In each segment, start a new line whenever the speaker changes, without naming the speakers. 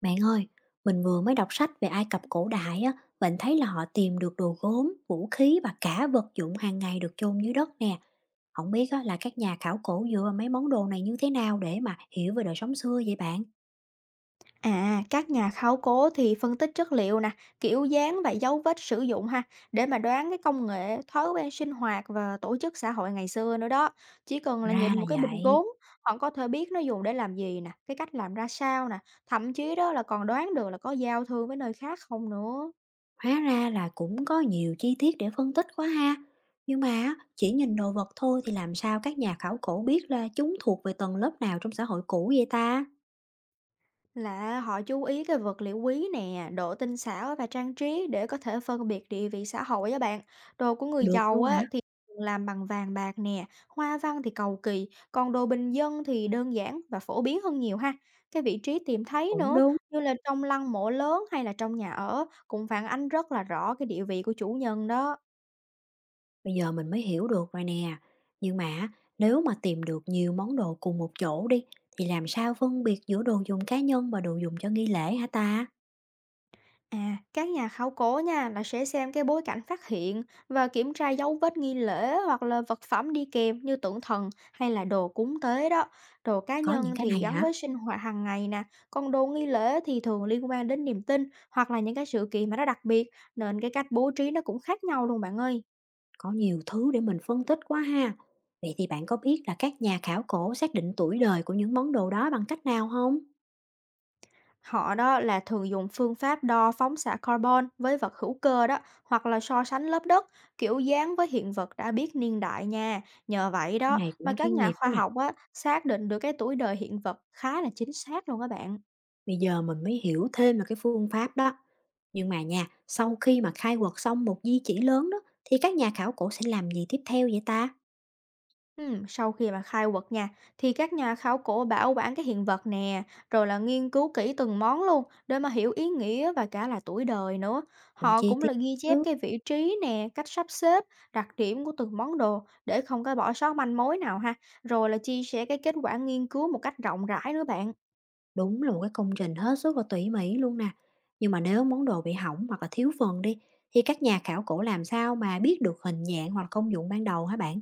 Bạn ơi, mình vừa mới đọc sách về Ai Cập cổ đại á, mình thấy là họ tìm được đồ gốm, vũ khí và cả vật dụng hàng ngày được chôn dưới đất nè. Không biết á, là các nhà khảo cổ dựa vào mấy món đồ này như thế nào để mà hiểu về đời sống xưa vậy bạn?
À, các nhà khảo cổ thì phân tích chất liệu nè, kiểu dáng và dấu vết sử dụng ha, để mà đoán cái công nghệ, thói quen sinh hoạt và tổ chức xã hội ngày xưa nữa đó. Chỉ cần là
Ra
nhìn
là
một cái bình
vậy,
gốm, họ có thể biết nó dùng để làm gì nè, cái cách làm ra sao nè, thậm chí đó là còn đoán được là có giao thương với nơi khác không nữa.
hóa ra là cũng có nhiều chi tiết để phân tích quá ha. Nhưng mà á, chỉ nhìn đồ vật thôi thì làm sao các nhà khảo cổ biết là chúng thuộc về tầng lớp nào trong xã hội cũ vậy ta?
Là họ chú ý cái vật liệu quý nè, độ tinh xảo và trang trí để có thể phân biệt địa vị xã hội á bạn. Đồ của người
Được
giàu
luôn
á
hả?
thì thường làm bằng vàng bạc nè, hoa văn thì cầu kỳ, còn đồ bình dân thì đơn giản và phổ biến hơn nhiều ha. Cái vị trí tìm thấy
Cũng
nữa,
đúng.
như là trong lăng mộ lớn hay là trong nhà ở cũng phản ánh rất là rõ cái địa vị của chủ nhân đó.
Bây giờ mình mới hiểu được rồi nè. Nhưng mà nếu mà tìm được nhiều món đồ cùng một chỗ đi thì làm sao phân biệt giữa đồ dùng cá nhân và đồ dùng cho nghi lễ hả ta?
À, các nhà khảo cổ nha là sẽ xem cái bối cảnh phát hiện và kiểm tra dấu vết nghi lễ hoặc là vật phẩm đi kèm như tượng thần hay là đồ cúng tế đó. Đồ cá
Có những
nhân
cái
thì
này
gắn
hả?
với sinh hoạt hàng ngày nè, còn đồ nghi lễ thì thường liên quan đến niềm tin hoặc là những cái sự kiện mà nó đặc biệt, nên cái cách bố trí nó cũng khác nhau luôn bạn ơi.
Có nhiều thứ để mình phân tích quá ha. Vậy thì bạn có biết là các nhà khảo cổ xác định tuổi đời của những món đồ đó bằng cách nào không?
Họ đó là thường dùng phương pháp đo phóng xạ carbon với vật hữu cơ đó, hoặc là so sánh lớp đất, kiểu dáng với hiện vật đã biết niên đại nha. Nhờ vậy
Cái
đó
này cũng
mà các
chuyên
nhà
nghiệp
khoa
quá nè.
học á, xác định được cái tuổi đời hiện vật khá là chính xác luôn các bạn.
Bây giờ mình mới hiểu thêm là cái phương pháp đó. Nhưng mà nha, sau khi mà khai quật xong một di chỉ lớn đó thì các nhà khảo cổ sẽ làm gì tiếp theo vậy ta?
Sau khi mà khai quật nha, thì các nhà khảo cổ bảo quản cái hiện vật nè, rồi là nghiên cứu kỹ từng món luôn để mà hiểu ý nghĩa và cả là tuổi đời nữa.
Cũng
Họ
chi
cũng
tiết
là ghi chép
chứ.
cái vị trí nè, cách sắp xếp, đặc điểm của từng món đồ để không có bỏ sót manh mối nào ha. Rồi là chia sẻ cái kết quả nghiên cứu một cách rộng rãi nữa bạn.
Đúng là một cái công trình hết sức là tỉ mỉ luôn nè. Nhưng mà nếu món đồ bị hỏng hoặc là thiếu phần đi, thì các nhà khảo cổ làm sao mà biết được hình dạng hoặc là công dụng ban đầu hả bạn?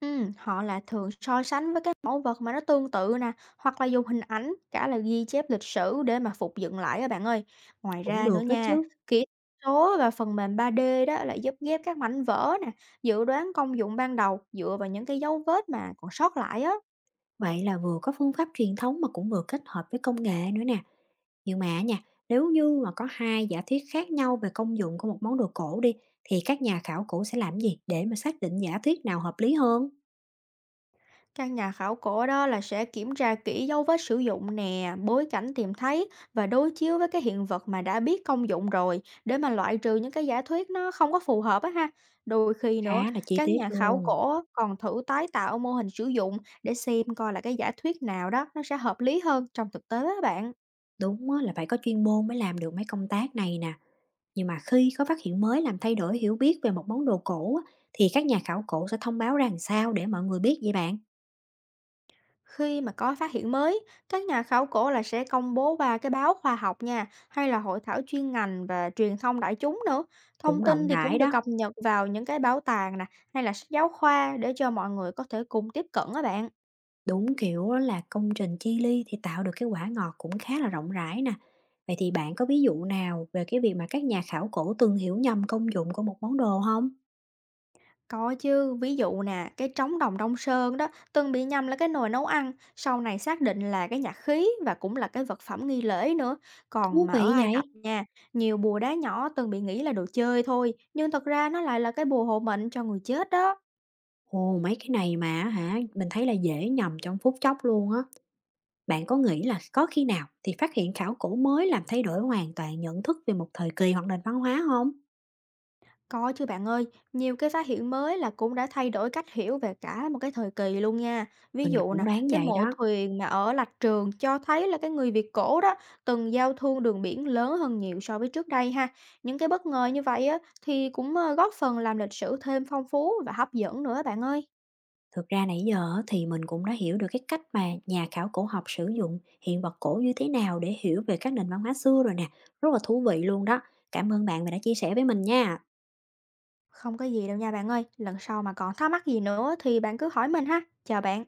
Họ là thường so sánh với các mẫu vật mà nó tương tự nè, hoặc là dùng hình ảnh, cả là ghi chép lịch sử để mà phục dựng lại các bạn ơi. Ngoài
Cũng
ra nữa
được đó
nha,
chứ.
kỹ thuật số và phần mềm 3D đó là giúp ghép các mảnh vỡ nè, dự đoán công dụng ban đầu dựa vào những cái dấu vết mà còn sót lại á.
Vậy là vừa có phương pháp truyền thống mà cũng vừa kết hợp với công nghệ nữa nè. Nhưng mà nha, nếu như mà có hai giả thuyết khác nhau về công dụng của một món đồ cổ đi, thì các nhà khảo cổ sẽ làm gì để mà xác định giả thuyết nào hợp lý hơn?
Các nhà khảo cổ đó là sẽ kiểm tra kỹ dấu vết sử dụng nè, bối cảnh tìm thấy và đối chiếu với cái hiện vật mà đã biết công dụng rồi để mà loại trừ những cái giả thuyết nó không có phù hợp á ha. Đôi khi nữa,
Khá là chi
các
tiết
nhà khảo
luôn.
cổ á, còn thử tái tạo mô hình sử dụng để xem coi là cái giả thuyết nào đó nó sẽ hợp lý hơn trong thực tế á bạn.
Đúng á, là phải có chuyên môn mới làm được mấy công tác này nè. Nhưng mà khi có phát hiện mới làm thay đổi hiểu biết về một món đồ cổ á, thì các nhà khảo cổ sẽ thông báo ra làm sao để mọi người biết vậy bạn?
Khi mà có phát hiện mới, các nhà khảo cổ là sẽ công bố qua cái báo khoa học nha, hay là hội thảo chuyên ngành và truyền thông đại chúng nữa.
Cũng
Thông tin
rộng
thì cũng
rãi
được
đó,
cập nhật vào những cái bảo tàng nè, hay là sách giáo khoa để cho mọi người có thể cùng tiếp cận á bạn.
đúng kiểu á là công trình chi ly thì tạo được cái quả ngọt cũng khá là rộng rãi nè. Vậy thì bạn có ví dụ nào về cái việc mà các nhà khảo cổ từng hiểu nhầm công dụng của một món đồ không?
Có chứ, ví dụ nè, cái trống đồng Đông Sơn đó từng bị nhầm là cái nồi nấu ăn, sau này xác định là cái nhạc khí và cũng là cái vật phẩm nghi lễ nữa. Còn
Thú
mà ở
vị
Ai
vậy.
Cập nha, nhiều bùa đá nhỏ từng bị nghĩ là đồ chơi thôi, nhưng thật ra nó lại là cái bùa hộ mệnh cho người chết đó.
Ồ, mấy cái này mà hả, mình thấy là dễ nhầm trong phút chốc luôn á. Bạn có nghĩ là có khi nào thì phát hiện khảo cổ mới làm thay đổi hoàn toàn nhận thức về một thời kỳ hoặc nền văn hóa không?
Có chứ bạn ơi, nhiều cái phát hiện mới là cũng đã thay đổi cách hiểu về cả một cái thời kỳ luôn nha. Ví
Mình
dụ nè,
cũng đoán
cái
vậy
mộ
đó.
thuyền mà ở Lạch Trường cho thấy là cái người Việt cổ đó từng giao thương đường biển lớn hơn nhiều so với trước đây ha. Những cái bất ngờ như vậy á thì cũng góp phần làm lịch sử thêm phong phú và hấp dẫn nữa bạn ơi.
Thực ra nãy giờ á, thì mình cũng đã hiểu được cái cách mà nhà khảo cổ học sử dụng hiện vật cổ như thế nào để hiểu về các nền văn hóa xưa rồi nè. Rất là thú vị luôn đó. Cảm ơn bạn vì đã chia sẻ với mình nha.
Không có gì đâu nha bạn ơi, lần sau mà còn thắc mắc gì nữa thì bạn cứ hỏi mình ha. Chào bạn.